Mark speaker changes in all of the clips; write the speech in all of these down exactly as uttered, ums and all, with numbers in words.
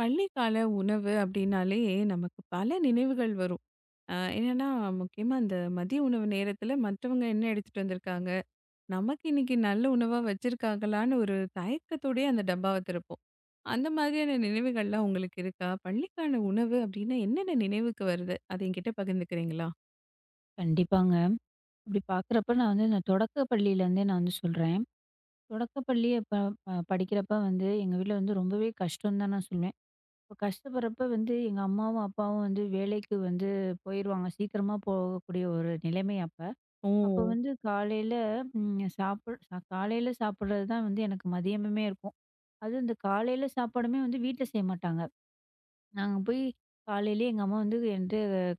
Speaker 1: பள்ளிக்கால உணவு அப்படின்னாலே நமக்கு பல நினைவுகள் வரும். ஆஹ் என்னன்னா, முக்கியமா அந்த மதிய உணவு நேரத்துல மற்றவங்க என்ன எடுத்துட்டு வந்திருக்காங்க, நமக்கு இன்னைக்கு நல்ல உணவா வச்சிருக்காங்களான்னு ஒரு தயக்கத்தோடயே அந்த டப்பாவை திறப்போம். அந்த மாதிரியான நினைவுகள்லாம் உங்களுக்கு இருக்கா? பள்ளிக்கான உணவு அப்படின்னா என்னென்ன நினைவுக்கு வருது? அதை என்கிட்ட பகிர்ந்துக்கிறீங்களா?
Speaker 2: கண்டிப்பாங்க. அப்படி பார்க்குறப்ப நான் வந்து நான் தொடக்க பள்ளியிலேருந்தே நான் வந்து சொல்றேன். தொடக்க பள்ளி அப்ப அ படிக்கிறப்ப வந்து எங்க வீட்ல வந்து ரொம்பவே கஷ்டம்னு தான் நான் சொல்வேன். இப்ப கஷ்டப்படுறப்ப வந்து எங்க அம்மாவும், அப்பாவும் வந்து வேலைக்கு வந்து போயிருவாங்க. சீக்கிரமா போகக்கூடிய ஒரு நிலைமை அப்ப.
Speaker 1: ஓ.
Speaker 2: அப்ப வந்து காலையில ம் சாப்பிட காலையில சாப்பிடுறது தான் வந்து எனக்கு மதியமுமே இருக்கும். அதுவும் இந்த காலையில சாப்பாடுமே வந்து வீட்ல செய்ய மாட்டாங்க. நாங்க போய் காலையிலேயே எங்க அம்மா வந்து என்ட்ட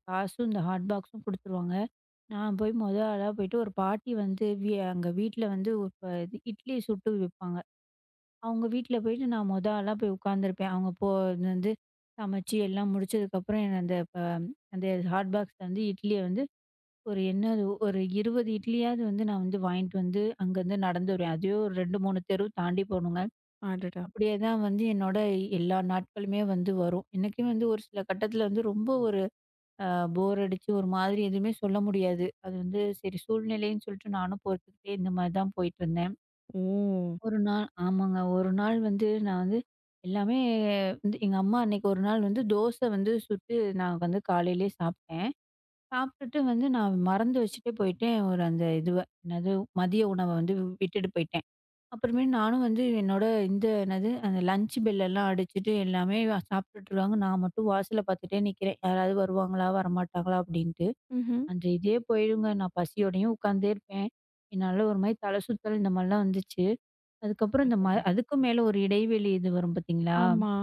Speaker 2: காசும், இந்த ஹாட் பாக்ஸும் குடுத்துருவாங்க. நான் போய் மொத ஆளா போயிட்டு ஒரு பாட்டி வந்து வீ அங்க வீட்ல வந்து இப்ப இது இட்லி சுட்டு விப்பாங்க. அவங்க வீட்ல போயிட்டு நான் மொத ஆளா போய் உட்காந்துருப்பேன். அவங்க போ இது வந்து சமைச்சு எல்லாம் முடிச்சதுக்கப்புறம் என்ன அந்த ப அந்த ஹாட் பாக்ஸ்ல வந்து இட்லிய வந்து ஒரு என்ன அது ஒரு இருபது இட்லியாவது வந்து நான் வந்து வாங்கிட்டு வந்து அங்கருந்து நடந்து வருவேன். அதுவே ஒரு ரெண்டு, மூணு தெரு தாண்டி போணுங்க.
Speaker 1: ஆடடா.
Speaker 2: அப்படியே தான் வந்து என்னோட எல்லா நாட்களுமே வந்து வரும். எனக்குமே வந்து ஒரு சில கட்டத்துல வந்து ரொம்ப ஒரு அ போர் அடிச்சு ஒரு மாதிரி எதுவுமே சொல்ல முடியாது. அது வந்து சரி சூழ்நிலைன்னு சொல்லிட்டு நானும் பொறுத்துக்கிட்டே இந்த மாதிரி தான் போயிட்டுருந்தேன்.
Speaker 1: ஓ.
Speaker 2: ஒரு நாள் ஆமாங்க. ஒரு நாள் வந்து நான் வந்து எல்லாமே வந்து எங்க அம்மா அன்னைக்கு ஒரு நாள் வந்து தோசை வந்து சுட்டு நான் வந்து காலையிலேயே சாப்பிட்டேன். சாப்பிட்டுட்டு வந்து நான் மறந்து வச்சுட்டே போயிட்டேன் ஒரு அந்த இதுவ. என்னது மதிய உணவ வந்து விட்டுட்டு போயிட்டேன். அப்புறமேல் நானும் வந்து என்னோட இந்த என்னது அந்த லஞ்ச் பெல் எல்லாம் அடிச்சுட்டு எல்லாமே சாப்பிட்டுட்டு இருக்காங்க. நான் மட்டும் வாசல பார்த்துட்டே நிக்கிறேன். யாராவது வருவாங்களா? வரமாட்டாங்களா? அப்படின்னு.
Speaker 1: ம்.
Speaker 2: அந்த இதே போயிடுங்க. நான் பசியோடையும் உட்காந்தே இருப்பேன். என்னால ஒரு மாரி தலை சுத்தல் இந்த மாரிலாம் வந்துச்சு. அதுக்கப்புறம் இந்த ம அதுக்கும் மேல ஒரு இடைவெளி இது வரும் பார்த்தீங்களா?
Speaker 1: ஆமா.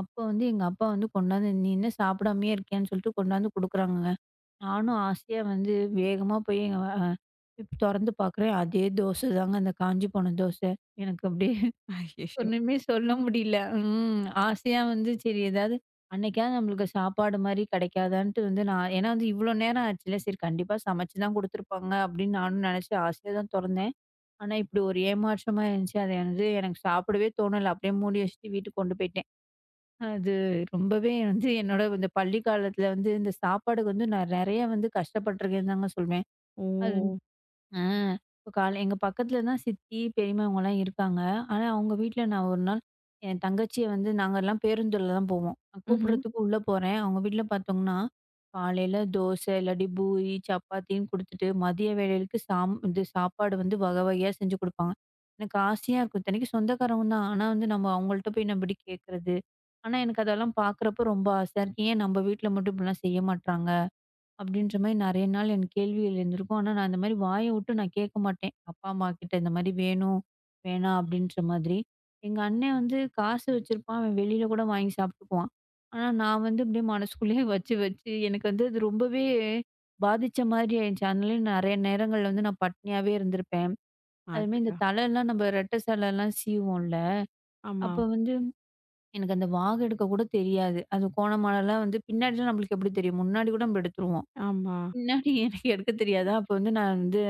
Speaker 2: அப்போ வந்து எங்க அப்பா வந்து கொண்டாந்து "நீ என்ன சாப்பிடாமயே இருக்கியான்னு" சொல்லிட்டு கொண்டாந்து குடுக்குறாங்கங்க. நானும் ஆசையா வந்து வேகமா போய் எங்க அ தொறந்து பார்க்குறேன். அதே தோசை தாங்க அந்த காஞ்சு போன தோசை. எனக்கு அப்படியே
Speaker 1: ஐயோ.
Speaker 2: ஒண்ணுமே சொல்ல முடியல. ம். ஆசையா வந்து சரி ஏதாவது அன்னைக்காவது நம்மளுக்கு சாப்பாடு மாரி கிடைக்காதான்ட்டு வந்து நான் ஏன்னா வந்து இவ்ளோ நேரம் ஆச்சுல்ல. சரி கண்டிப்பா சமைச்சு தான் குடுத்துருப்பாங்க அப்படின்னு நானும் நினைச்சு ஆசையா தான் தொறந்தேன். ஆனா இப்படி ஒரு ஏமாற்றமா இருந்துச்சு. அது வந்து எனக்கு சாப்பிடவே தோணல. அப்படியே மூடி வச்சுட்டு வீட்டுக்கு கொண்டு போயிட்டேன். அது ரொம்பவே வந்து என்னோட இந்த பள்ளி காலத்துல வந்து இந்த சாப்பாடுக்கு வந்து நான் நெறைய வந்து கஷ்டப்பட்டுருக்கேன்னு தாங்க சொல்வேன்.
Speaker 1: ஓ.
Speaker 2: அது ஆ. இப்ப காலை எங்க பக்கத்துல தான் சித்தி, பெரியம்மா இவங்கலாம் இருக்காங்க. ஆனா, அவங்க வீட்ல நான் ஒரு நாள் என் தங்கச்சிய வந்து நாங்கலாம் பேருந்துல தான் போவோம். நான்
Speaker 1: ம்.
Speaker 2: கூப்பிடுறதுக்கு உள்ள போறேன். அவங்க வீட்ல பார்த்தோம்னா, காலையில தோசை, இல்லாட்டி பூரி, சப்பாத்தின்னு குடுத்துட்டு, மதிய வேளைகளுக்கு சாம் இது சாப்பாடு வந்து வகை வகையா செஞ்சு குடுப்பாங்க. எனக்கு ஆசையா இருக்கும். இத்தனைக்கு சொந்தக்காரவங்க தான். ஆனா வந்து நம்ம அவங்கள்ட்ட போய் நம்ம எப்படி கேட்கறது? ஆனா, எனக்கு அதெல்லாம் பார்க்குறப்ப ரொம்ப ஆசையா இருக்கு. ஏன் நம்ம வீட்ல மட்டும் இப்படிலாம் செய்ய மாட்றாங்க? அப்படின்ற மாரி நெறைய நாள் என் கேள்விகள் இருந்திருக்கும். ஆனா, நான் இந்த மாரி வாய விட்டு நான் கேட்க மாட்டேன். அப்பா, அம்மா கிட்ட இந்த மாரி வேணும், வேணாம் அப்படின்ற மாதிரி. எங்க அண்ணன் வந்து காசு வச்சிருப்பான். அவன் வெளியில கூட வாங்கி சாப்பிட்டுக்குவான். ஆனா, நான் வந்து அப்படியே மனசுக்குள்ளேயே வச்சு வச்சு எனக்கு வந்து அது ரொம்பவே பாதிச்ச மாதிரி ஆயிருச்சு. அதனால நெறைய நேரங்கள்ல வந்து நான் பட்னியாவே இருந்திருப்பேன். அதுமாரி இந்த
Speaker 1: ஆடடா.
Speaker 2: தலைலாம் நம்ம ரெட்டை சலலாம் சீவுவோம்ல.
Speaker 1: ஆமா.
Speaker 2: அப்ப வந்து எனக்கு அந்த வாகு எடுக்க கூட தெரியாது. அது கோண மானலாம் வந்து பின்னாடிலாம் நம்மளுக்கு எப்படி தெரியும்? முன்னாடி கூட நம்ம எடுத்துருவோம்.
Speaker 1: ஆமா.
Speaker 2: பின்னாடி எனக்கு எடுக்க தெரியாதா! அப்போ வந்து நான் வந்து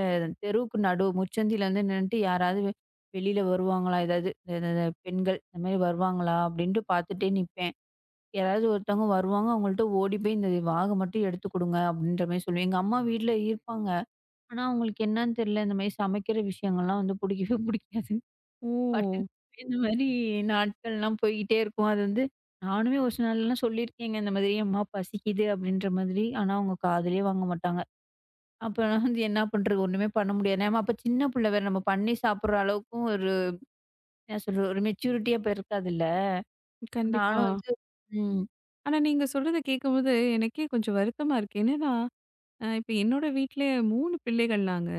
Speaker 2: தெருவுக்கு நடு முச்சந்தில வந்து நின்னுட்டு யாராவது வெ- வெளியில வருவாங்களா? ஏதாவது இந்த இந்த இந்த பெண்கள் இந்த மாரி வருவாங்களா? அப்டின்ட்டு பார்த்துட்டே நிப்பேன். யாராவது ஒருத்தவங்க வருவாங்க, அவங்கள்ட்ட ஓடி போய் இந்த வாக மட்டும் எடுத்து குடுங்க அப்டின்ற மாரி சொல்லுவேன். எங்க அம்மா வீட்ல இருப்பாங்க. ஆனா அவங்களுக்கு என்னன்னு தெரியல. இந்த மாரி சமைக்கிற விஷயங்கள்லாம் வந்து புடிக்கவே புடிக்காது.
Speaker 1: ஓ.
Speaker 2: பட்டுன்னு இந்த மாரி நாட்கள்லாம் போய்க்கிட்டே இருக்கும். அது வந்து நானுமே ஒரு சில நாள்லாம் சொல்லியிருக்கேங்க. இந்த மாதிரி "அம்மா பசிக்குது" அப்டின்ற மாதிரி. ஆனா அவங்க காதுலயே வாங்க மாட்டாங்க. அப்ப நான் வந்து என்ன பண்றது? ஒண்ணுமே பண்ண முடியாது. ஏன்னா, அப்ப சின்ன புள்ள வேற. நம்ம பண்ணி சாப்பிடுற அளவுக்கும் ஒரு என்ன சொல்றது? ஒரு மெச்சூரிட்டியா இப்ப இருக்காதுல்ல.
Speaker 1: கண்டிப்பா.
Speaker 2: நானும் வந்து ம்.
Speaker 1: ஆனா நீங்க சொல்றத கேட்கும்போது எனக்கே கொஞ்சம் வருத்தமா இருக்கு. என்னன்னா, அ இப்ப என்னோட வீட்ல மூன்று பிள்ளைகள் நாங்க.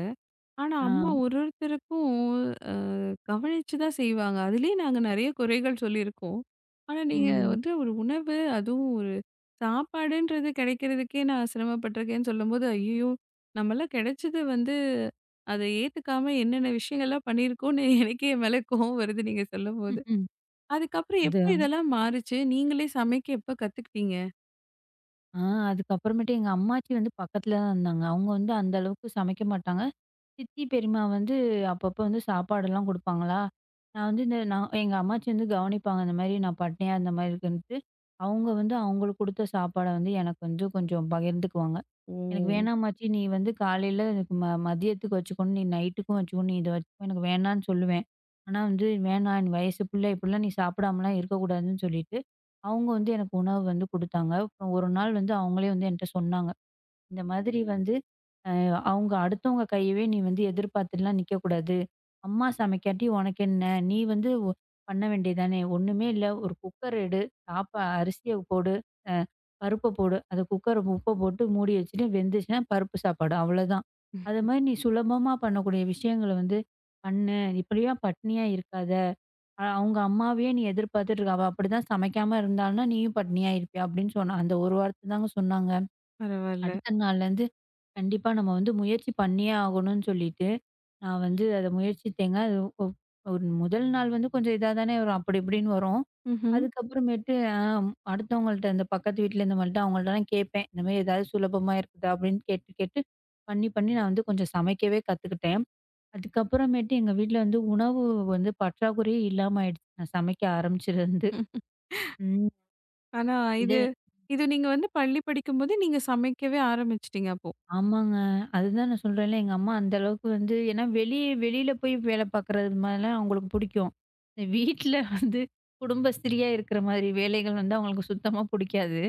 Speaker 1: ஆனா
Speaker 2: ஆ.
Speaker 1: அம்மா ஒரு ஒருத்தருக்கும் அ கவனிச்சு தான் செய்வாங்க. அதிலயே நாங்க நெறைய குறைகள் சொல்லியிருக்கோம். ஆனா நீங்க
Speaker 2: ம்.
Speaker 1: வந்து ஒரு உணவு, அதுவும் ஒரு சாப்பாடுன்றது கிடைக்கிறதுக்கே நான் சிரமப்பட்டுருக்கேன்னு சொல்லும்போது, ஐயய்யோ! நம்மலாம் கிடைச்சது வந்து அத ஏத்துக்காம என்னென்ன விஷயங்கள்லாம் பண்ணியிருக்கோம்னு எனக்கே என் மேல கோவம் வருது நீங்க சொல்லும்போது.
Speaker 2: ம்ஹ்ம்.
Speaker 1: அதுக்கப்புறம்
Speaker 2: அது
Speaker 1: எப்ப இதெல்லாம் மாறுச்சு? நீங்களே சமைக்க எப்ப கத்துக்கிட்டீங்க?
Speaker 2: ஆ அதுக்கப்புறமேட்டு எங்க அம்மாச்சி வந்து பக்கத்துல தான் இருந்தாங்க. அவங்க வந்து அந்த அளவுக்கு சமைக்க மாட்டாங்க. சித்தி, பெரியம்மா வந்து அப்பப்ப வந்து சாப்பாடெல்லாம் குடுப்பாங்களா, நான் வந்து இந்த நான் எங்க அம்மாச்சி வந்து கவனிப்பாங்க. இந்த மாரி நான் பட்னியா இருந்த மாரி இருக்குன்ட்டு, அவங்க வந்து அவங்களுக்கு குடுத்த சாப்பாட வந்து எனக்கு வந்து கொஞ்சம் பகிர்ந்துக்குவாங்க. எனக்கு
Speaker 1: ம்.
Speaker 2: வேணாமாச்சி, நீ வந்து காலையில எனக்கு ம மதியத்துக்கு வச்சுக்கணும், நீ நைட்டுக்கும் வச்சுக்கணும், நீ இத வச்சுக்கோ, எனக்கு வேணான்னு சொல்லுவேன். ஆனா வந்து வேணாம் நீ வயசு பிள்ள, இப்படிலாம் நீ சாப்பிடாமலாம் இருக்கக்கூடாதுன்னு சொல்லிட்டு, அவங்க வந்து எனக்கு உணவு வந்து குடுத்தாங்க. அப்புறம் ஒரு நாள் வந்து அவங்களே வந்து என்ட்ட சொன்னாங்க. இந்த மாதிரி வந்து அவங்க அடுத்தவங்க கையவே நீ வந்து எதிர்பார்த்துலாம் நிக்கக்கூடாது. அம்மா சமைக்காட்டி உனக்கு என்ன? நீ வந்து ஒ பண்ண வேண்டியதானே! ஒண்ணுமே இல்ல. ஒரு குக்கர் எடு. சாப்பா அரிசிய போடு. அ பருப்ப போடு. அத குக்கர உப்ப போட்டு மூடி வச்சுட்டு வெந்துச்சுன்னா பருப்பு சாப்பாடு. அவ்வளோதான்.
Speaker 1: ம்.
Speaker 2: அது மாரி நீ சுலபமா பண்ணக்கூடிய விஷயங்கள வந்து பண்ணு. இப்படியா பட்னியா இருக்காத. அ அவங்க அம்மாவையே நீ எதிர்பார்த்துட்டு இருக்க. அவ அப்படிதான் சமைக்காம இருந்தான்னா, நீயும் பட்னியா இருப்பியா? அப்படின்னு சொன்னா. அந்த ஒரு வார்த்த தாங்க சொன்னாங்க.
Speaker 1: பரவால்ல.
Speaker 2: அடுத்த நாள்லேருந்து கண்டிப்பா நம்ம வந்து முயற்சி பண்ணியே ஆகணும்னு சொல்லிட்டு, நான் வந்து அத முயற்சித்தேங்க. அது ஒ ஒரு முதல் நாள் வந்து கொஞ்சம் இதா தானே வரும். அப்படி இப்படின்னு வரும்.
Speaker 1: ம்ஹ்ம்.
Speaker 2: அதுக்கப்புறமேட்டு அ அடுத்தவங்கள்ட்ட இந்த பக்கத்து வீட்ல இந்த மாரிட்ட அவங்கள்ட்டலாம் கேட்பேன். இந்த மாரி ஏதாவது சுலபமா இருக்குதா? அப்படின்னு கேட்டு கேட்டு பண்ணி பண்ணி நான் வந்து கொஞ்சம் சமைக்கவே கத்துக்கிட்டேன். அதுக்கப்புறமேட்டு எங்க வீட்ல வந்து உணவு வந்து பற்றாக்குறையே இல்லாம ஆயிடுச்சு. நான் சமைக்க ஆரம்பிச்சதுலருந்து. ம்.
Speaker 1: ஆனா
Speaker 2: இத
Speaker 1: இது இது நீங்க வந்து பள்ளி படிக்கும்போது நீங்க சமைக்கவே ஆரம்பிச்சுட்டீங்க அப்போ?
Speaker 2: ஆமாங்க. அதுதான் நான் சொல்றேன்ல, எங்க அம்மா அந்த அளவுக்கு வந்து ஏன்னா வெளிய வெளியில போய் வேலை பார்க்குறது மாரிலாம் அவங்களுக்கு புடிக்கும். இந்த வீட்ல வந்து குடும்பஸ்திரியா இருக்கிற மாதிரி வேலைகள் வந்து அவங்களுக்கு சுத்தமா புடிக்காது.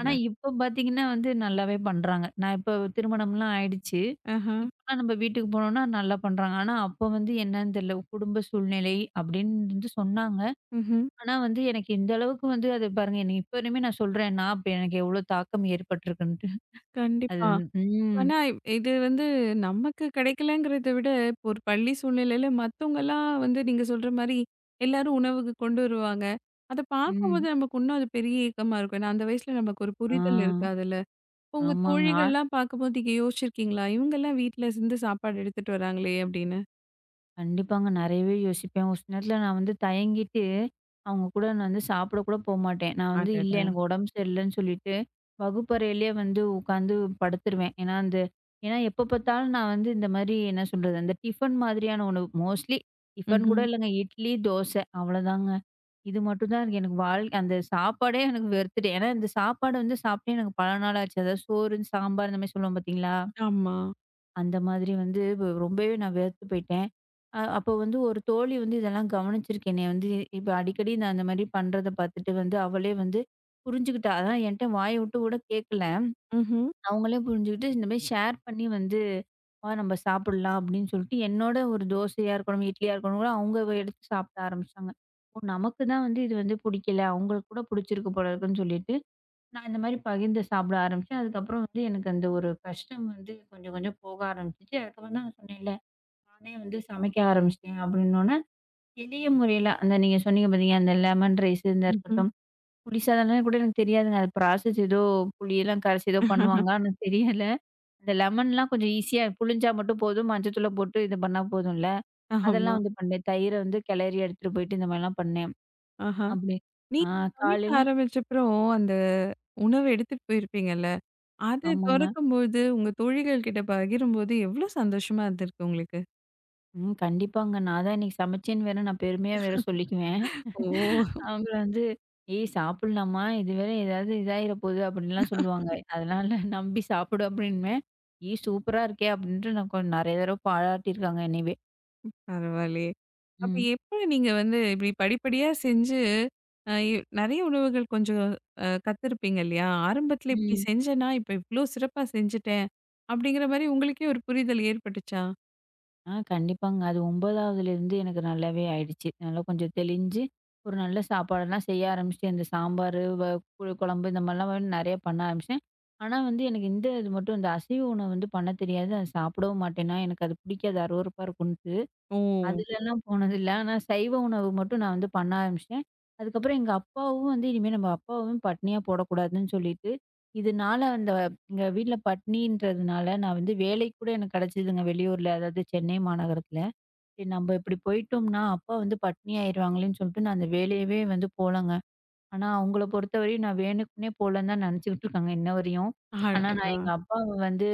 Speaker 2: ஆனா, இப்ப பார்த்தீங்கன்னா வந்து நல்லாவே பண்றாங்க. நான் இப்போ திருமணம்லாம் ஆயிடுச்சு.
Speaker 1: ஆஹா.
Speaker 2: இப்பலாம் நம்ம வீட்டுக்கு போனோம்னா நல்லா பண்றாங்க. ஆனா, அப்போ வந்து என்னன்னு தெரியல. குடும்ப சூழ்நிலை அப்படின்னு வந்து சொன்னாங்க.
Speaker 1: ம்ஹ்ம்.
Speaker 2: ஆனா வந்து எனக்கு இந்த அளவுக்கு வந்து அது பாருங்க எனக்கு இப்ப வரையுமே நான் சொல்றேன். நான் இப்ப எனக்கு எவ்வளோ தாக்கம் ஏற்பட்டிருக்குன்ட்டு. அது
Speaker 1: கண்டிப்பா.
Speaker 2: ம்.
Speaker 1: ஆனா இ- இது வந்து நமக்கு கிடைக்கலங்கிறத விட, இப்போ ஒரு பள்ளி சூழ்நிலையில மத்தவங்கலாம் வந்து நீங்க சொல்ற மாரி எல்லாரும் உணவுக்கு கொண்டு வருவாங்க. அத பார்க்கும்போது
Speaker 2: ம்.
Speaker 1: நமக்கு இன்னும் அது பெரிய ஏக்கமா இருக்கும். ஏன்னா அந்த வயசுல நமக்கு ஒரு
Speaker 2: ஆ,
Speaker 1: புரிதல் இருக்காதுல்ல. உங்க
Speaker 2: ஆமாங்க. ஆ
Speaker 1: தோழிகள்லாம் பார்க்கும்போது நீங்க யோசிச்சிருக்கீங்களா? இவங்கலாம் வீட்ல இருந்து சாப்பாடு எடுத்துட்டு வராங்களே! அப்படின்னு.
Speaker 2: கண்டிப்பாங்க. நெறையவே யோசிப்பேன். ஒரு சில நேரத்துல நான் வந்து தயங்கிட்டு, அவங்க கூட நான் வந்து சாப்பிட கூட போமாட்டேன். நான் வந்து இல்ல
Speaker 1: அடடா!
Speaker 2: எனக்கு உடம்பு சரியில்லன்னு சொல்லிட்டு, வகுப்பறையிலேயே வந்து உட்காந்து படுத்துருவேன். ஏன்னா, அந்த ஏன்னா எப்ப பார்த்தாலும் நான் வந்து இந்த மாரி என்ன சொல்றது, அந்த டிஃபன் மாதிரியான உணவு மோஸ்ட்லி டிஃபன் கூட
Speaker 1: ம்ஹ்ம்.
Speaker 2: இல்லங்க. இட்லி, தோசை அவ்வளோதாங்க. இது மட்டும் தான் எனக்கு எனக்கு வாழ் அந்த சாப்பாடே எனக்கு வெறுத்துட்டு ஏன்னா இந்த சாப்பாடு வந்து சாப்பிட்டே எனக்கு பல நாள் ஆச்சு. அதாவது சோறு, சாம்பார் இந்த மாரி சொல்லுவோம் பார்த்தீங்களா?
Speaker 1: ஆமா.
Speaker 2: அந்த மாதிரி வந்து வ ரொம்பவே நான் வெறுத்து போயிட்டேன். அ அப்போ வந்து ஒரு தோழி வந்து இதெல்லாம் கவனிச்சிருக்கு. என்னைய வந்து இப்ப அடிக்கடி நான் அந்த மாரி பண்றத பார்த்துட்டு வந்து அவளே வந்து புரிஞ்சுக்கிட்டா. அதான் என்ட்ட வாய விட்டு கூட கேட்கல.
Speaker 1: ம்ஹ்ம்.
Speaker 2: அவங்களே புரிஞ்சுக்கிட்டு இந்த மாரி ஷேர் பண்ணி வந்து, "வா நம்ம சாப்பிடலாம்" அப்படின்னு சொல்லிட்டு என்னோட ஒரு தோசையா இருக்கணும், இட்லியா இருக்கணும் கூட அவங்க எடுத்து சாப்பிட ஆரம்பிச்சாங்க. ஓ! நமக்கு தான் வந்து இது வந்து பிடிக்கல. அவங்களுக்கு கூட பிடிச்சிருக்கு போல இருக்குன்னு சொல்லிட்டு. நான் இந்த மாரி பகிர்ந்து சாப்பிட ஆரம்பிச்சேன். அதுக்கப்புறம் வந்து எனக்கு அந்த ஒரு கஷ்டம் வந்து கொஞ்சம் கொஞ்சம் போக ஆரம்பிச்சுச்சு. அதுக்கப்புறம் தான் நான் சொன்னேன்ல, நானே வந்து சமைக்க ஆரம்பிச்சுட்டேன் அப்படின்னோனே, எளிய முறையில அந்த நீங்க சொன்னீங்க பார்த்தீங்க, அந்த லெமன் ரைஸ் இருந்தா
Speaker 1: ம்ஹ்ம்.
Speaker 2: இருக்கட்டும், புளி சாதம்லாம் கூட எனக்கு தெரியாதுங்க. அது ப்ராசஸ் ஏதோ புளியெல்லாம் கரைச்சு ஏதோ பண்ணுவாங்க. ஆனா தெரியல. அந்த லெமன்லாம் கொஞ்சம் ஈஸியா புளிஞ்சா மட்டும் போதும். மஞ்சத்தூள போட்டு இது பண்ணா போதும்ல.
Speaker 1: ஆமா.
Speaker 2: அதெல்லாம் வந்து பண்ணேன். தயிர வந்து கிளறி எடுத்துட்டு போயிட்டு இந்த மாரிலாம் பண்ணேன்.
Speaker 1: ஆஹா.
Speaker 2: அப்படி ஆ
Speaker 1: நீங்க சமைக்க
Speaker 2: காலையில
Speaker 1: ஆரம்பிச்சப்புறம், அந்த உணவ எடுத்துட்டு போயிருப்பீங்கல்ல, அத
Speaker 2: ஆமாங்க.
Speaker 1: தொறக்கும்போது, உங்க தோழிகள் கிட்ட பகிரும்போது எவ்ளோ சந்தோஷமா இருந்திருக்கு உங்களுக்கு?
Speaker 2: ம். கண்டிப்பாங்க. நான் தான் இன்னைக்கு சமைச்சேன்னு வேற நான் பெருமையா வேற சொல்லிக்குவேன்.
Speaker 1: ஓ!
Speaker 2: அவங்க வந்து, "ஏய் சாப்பிடலாமா? இது வேற ஏதாவது இதாயிர போகுது" அப்படின்லாம் சொல்லுவாங்க. அதனால நம்பி சாப்பிடு அப்படின்பேன். "ஏய் சூப்பரா இருக்கே!" அப்படின்ட்டு நான் கொ நெறைய தடவ பாராட்டியிருக்காங்க என்னயவே.
Speaker 1: பரவாயில்லையே! அப்ப
Speaker 2: ம்.
Speaker 1: எப்படி நீங்க வந்து இப்படி படிப்படியா செஞ்சு அ இ நெறைய உணவுகள் கொஞ்சம் அ கத்திருப்பீங்க இல்லையா? ஆரம்பத்துல இப்படி
Speaker 2: ம்.
Speaker 1: செஞ்சேன்னா, இப்ப இவ்ளோ சிறப்பா செஞ்சுட்டேன். அப்படிங்கிற மாரி உங்களுக்கே ஒரு புரிதல் ஏற்பட்டுச்சா?
Speaker 2: ஆ கண்டிப்பாங்க. அது ஒன்பதாவதுலேருந்து எனக்கு நல்லாவே ஆயிடுச்சு. நல்லா கொஞ்சம் தெளிஞ்சு, ஒரு நல்ல சாப்பாடெல்லாம் செய்ய ஆரம்பிச்சுட்டேன். இந்த சாம்பாரு, வ புளி குழம்பு இந்த மாரிலாம் வந்து நெறைய பண்ண ஆரம்பிச்சேன். ஆனா வந்து எனக்கு இந்த இது மட்டும் இந்த அசைவ உணவு வந்து பண்ண தெரியாது. அத சாப்பிடவும் மாட்டேன்னா, எனக்கு அது பிடிக்காது. அருவருப்பா இருக்கும்ன்ட்டு.
Speaker 1: ஓ!
Speaker 2: அதுலலாம் போனதில்ல. ஆனா சைவ உணவு மட்டும் நான் வந்து பண்ண ஆரம்பிச்சுட்டேன். அதுக்கப்புறம் எங்க அப்பாவும் வந்து இனிமே நம்ம அப்பாவையும் பட்னியா போடக்கூடாதுன்னு சொல்லிட்டு, இதனால அந்த எங்க வீட்ல பட்னின்றதுனால நான் வந்து வேலை கூட எனக்கு கிடைச்சதுங்க வெளியூர்ல. அதாவது சென்னை மாநகரத்துல. சரி நம்ம இப்படி போயிட்டோம்னா, அப்பா வந்து பட்னி ஆயிருவாங்களேன்னு சொல்லிட்டு நான் அந்த வேலையவே வந்து போலங்க. ஆனா அவங்கள பொறுத்தவரையும் நான் வேணுக்குன்னே போலன்னு தான் நினச்சுக்கிட்டு இருக்காங்க இன்ன வரையும். ஆனா நான்
Speaker 1: அடடா!
Speaker 2: எங்க அப்பாவ வந்து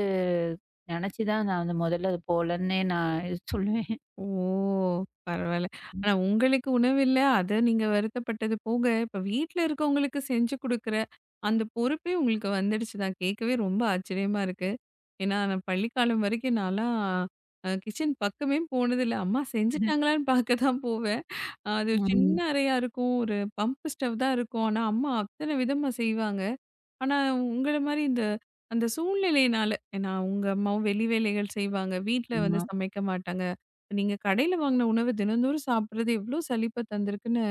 Speaker 2: நினச்சு தான் நான் வந்து முதல்ல அது போலன்னே நான் சொல்லுவேன்.
Speaker 1: ஓ! பரவால்ல. ஆனா உங்களுக்கு உணவு இல்ல. அத நீங்க வருத்தப்பட்டது போக, இப்ப வீட்ல இருக்கவங்களுக்கு செஞ்சு குடுக்குற அந்த பொறுப்பே உங்களுக்கு வந்துடுச்சு தான். கேட்கவே ரொம்ப ஆச்சரியமா இருக்கு. ஏன்னா, நான் பள்ளிக்காலம் வரைக்கும் நான்லாம் அ கிச்சன் பக்கமே போனதில்ல. அம்மா செஞ்சுட்டாங்களான்னு பார்க்க தான் போவேன். அஹ் அது ஒரு சின்ன
Speaker 2: ம்.
Speaker 1: அறையா இருக்கும். ஒரு பம்ப் ஸ்டவ் தான் இருக்கும். ஆனா, அம்மா அத்தன விதமா செய்வாங்க. ஆனா, உங்கள மாரி இந்த அந்த சூழ்நிலையினால ஏன்னா, உங்க அம்மாவும் வெளி வேலைகள் செய்வாங்க. வீட்ல வந்து
Speaker 2: ஆமா.
Speaker 1: சமைக்க மாட்டாங்க. நீங்க கடையில வாங்கின உணவு தினந்தோறும் சாப்பிடுறது எவ்ளோ சலிப்ப தந்திருக்குன்னு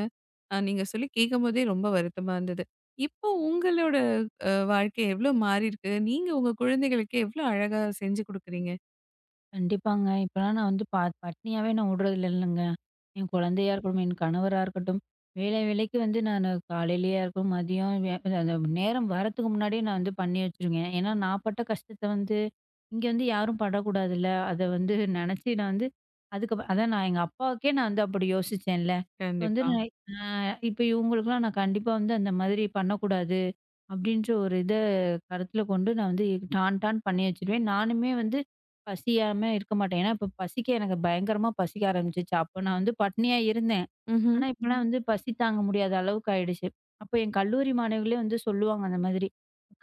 Speaker 1: அ நீங்க சொல்லி கேட்கும்போதே ரொம்ப வருத்தமா இருந்தது. இப்போ உங்களோட அ வாழ்க்கை எவ்ளோ மாறியிருக்கு? நீங்க உங்க குழந்தைகளுக்கு எவ்ளோ அழகா செஞ்சு குடுக்குறீங்க?
Speaker 2: கண்டிப்பாங்க. இப்பலாம் நான் வந்து ப பட்னியாவே நான் விடுறதில்ல இல்லங்க. என் குழந்தையா இருக்கட்டும், என் கணவரா இருக்கட்டும், வேலை வேலைக்கு வந்து நானு காலையிலயா இருக்கட்டும், மதியம் வே அந்த நேரம் வரத்துக்கு முன்னாடியே நான் வந்து பண்ணி வச்சுருவேன். ஏன்னா, நான் பட்ட கஷ்டத்த வந்து இங்க வந்து யாரும் படக்கூடாதுல்ல. அத வந்து நெனச்சு நான் வந்து அதுக்கு அப்~ அதான் நான் எங்க அப்பாவுக்கே நான் வந்து அப்படி யோசிச்சேன்ல. இப்ப வந்து
Speaker 1: கண்டிப்பா.
Speaker 2: நான் அ இப்ப இவங்களுக்குலாம் நான் கண்டிப்பா வந்து அந்த மாதிரி பண்ணக்கூடாது. அப்படின்ற ஒரு இத கருத்துல கொண்டு நான் வந்து டான் டான் பண்ணி வச்சுருவேன். நானுமே வந்து பசியாம இருக்க மாட்டேன். ஏன்னா, இப்ப பசிக்க எனக்கு பயங்கரமா பசிக்க ஆரம்பிச்சுச்சு. அப்போ நான் வந்து பட்னியா இருந்தேன்.
Speaker 1: ம்ஹ்ம்.
Speaker 2: ஆனா, இப்பலாம் வந்து பசி தாங்க முடியாத அளவுக்கு ஆயிடுச்சு. அப்போ என் கல்லூரி மாணவிகளே வந்து சொல்லுவாங்க அந்த மாதிரி.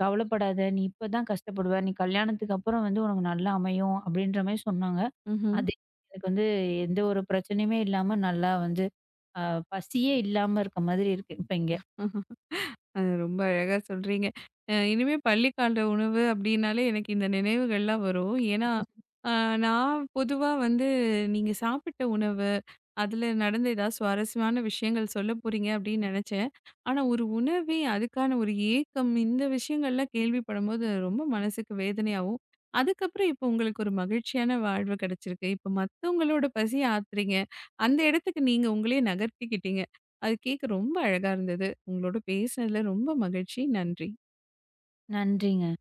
Speaker 2: "கவலைப்படாத, நீ இப்ப தான் கஷ்டப்படுவ. நீ கல்யாணத்துக்கு அப்புறம் வந்து உனக்கு நல்லா அமையும்." அப்படின்ற மாரி சொன்னாங்க.
Speaker 1: ம்ஹ்ம்.
Speaker 2: அது எனக்கு வந்து எந்த ஒரு பிரச்சனையுமே இல்லாம நல்லா வந்து அ பசியே இல்லாம இருக்க மாதிரி இருக்கு, இப்ப இங்க.
Speaker 1: அ ரொம்ப அழகா சொல்றீங்க. அ இனிமே பள்ளிக்கால உணவு அப்டின்னாலே எனக்கு இந்த நினைவுகள்லாம் வரும். ஏன்னா, அ நான் பொதுவா வந்து நீங்க சாப்பிட்ட உணவு, அதுல நடந்த ஏதாவது சுவாரஸ்யமான விஷயங்கள் சொல்ல போறீங்க அப்டின்னு நெனச்சேன். ஆனா ஒரு உணவே அதுக்கான ஒரு ஏக்கம் இந்த விஷயங்கள்லாம் கேள்விப்படும்போது ரொம்ப மனசுக்கு வேதனையாவும், அதுக்கப்புறம் இப்போ உங்களுக்கு ஒரு மகிழ்ச்சியான வாழ்வு கிடைச்சிருக்கு. இப்போ மத்தவங்களோட பசிய ஆத்துறீங்க. அந்த இடத்துக்கு நீங்க உங்களையே நகர்த்திக்கிட்டீங்க. அது கேட்க ரொம்ப அழகா இருந்தது. உங்களோட பேசினதுல ரொம்ப மகிழ்ச்சி. நன்றி.
Speaker 2: நன்றிங்க.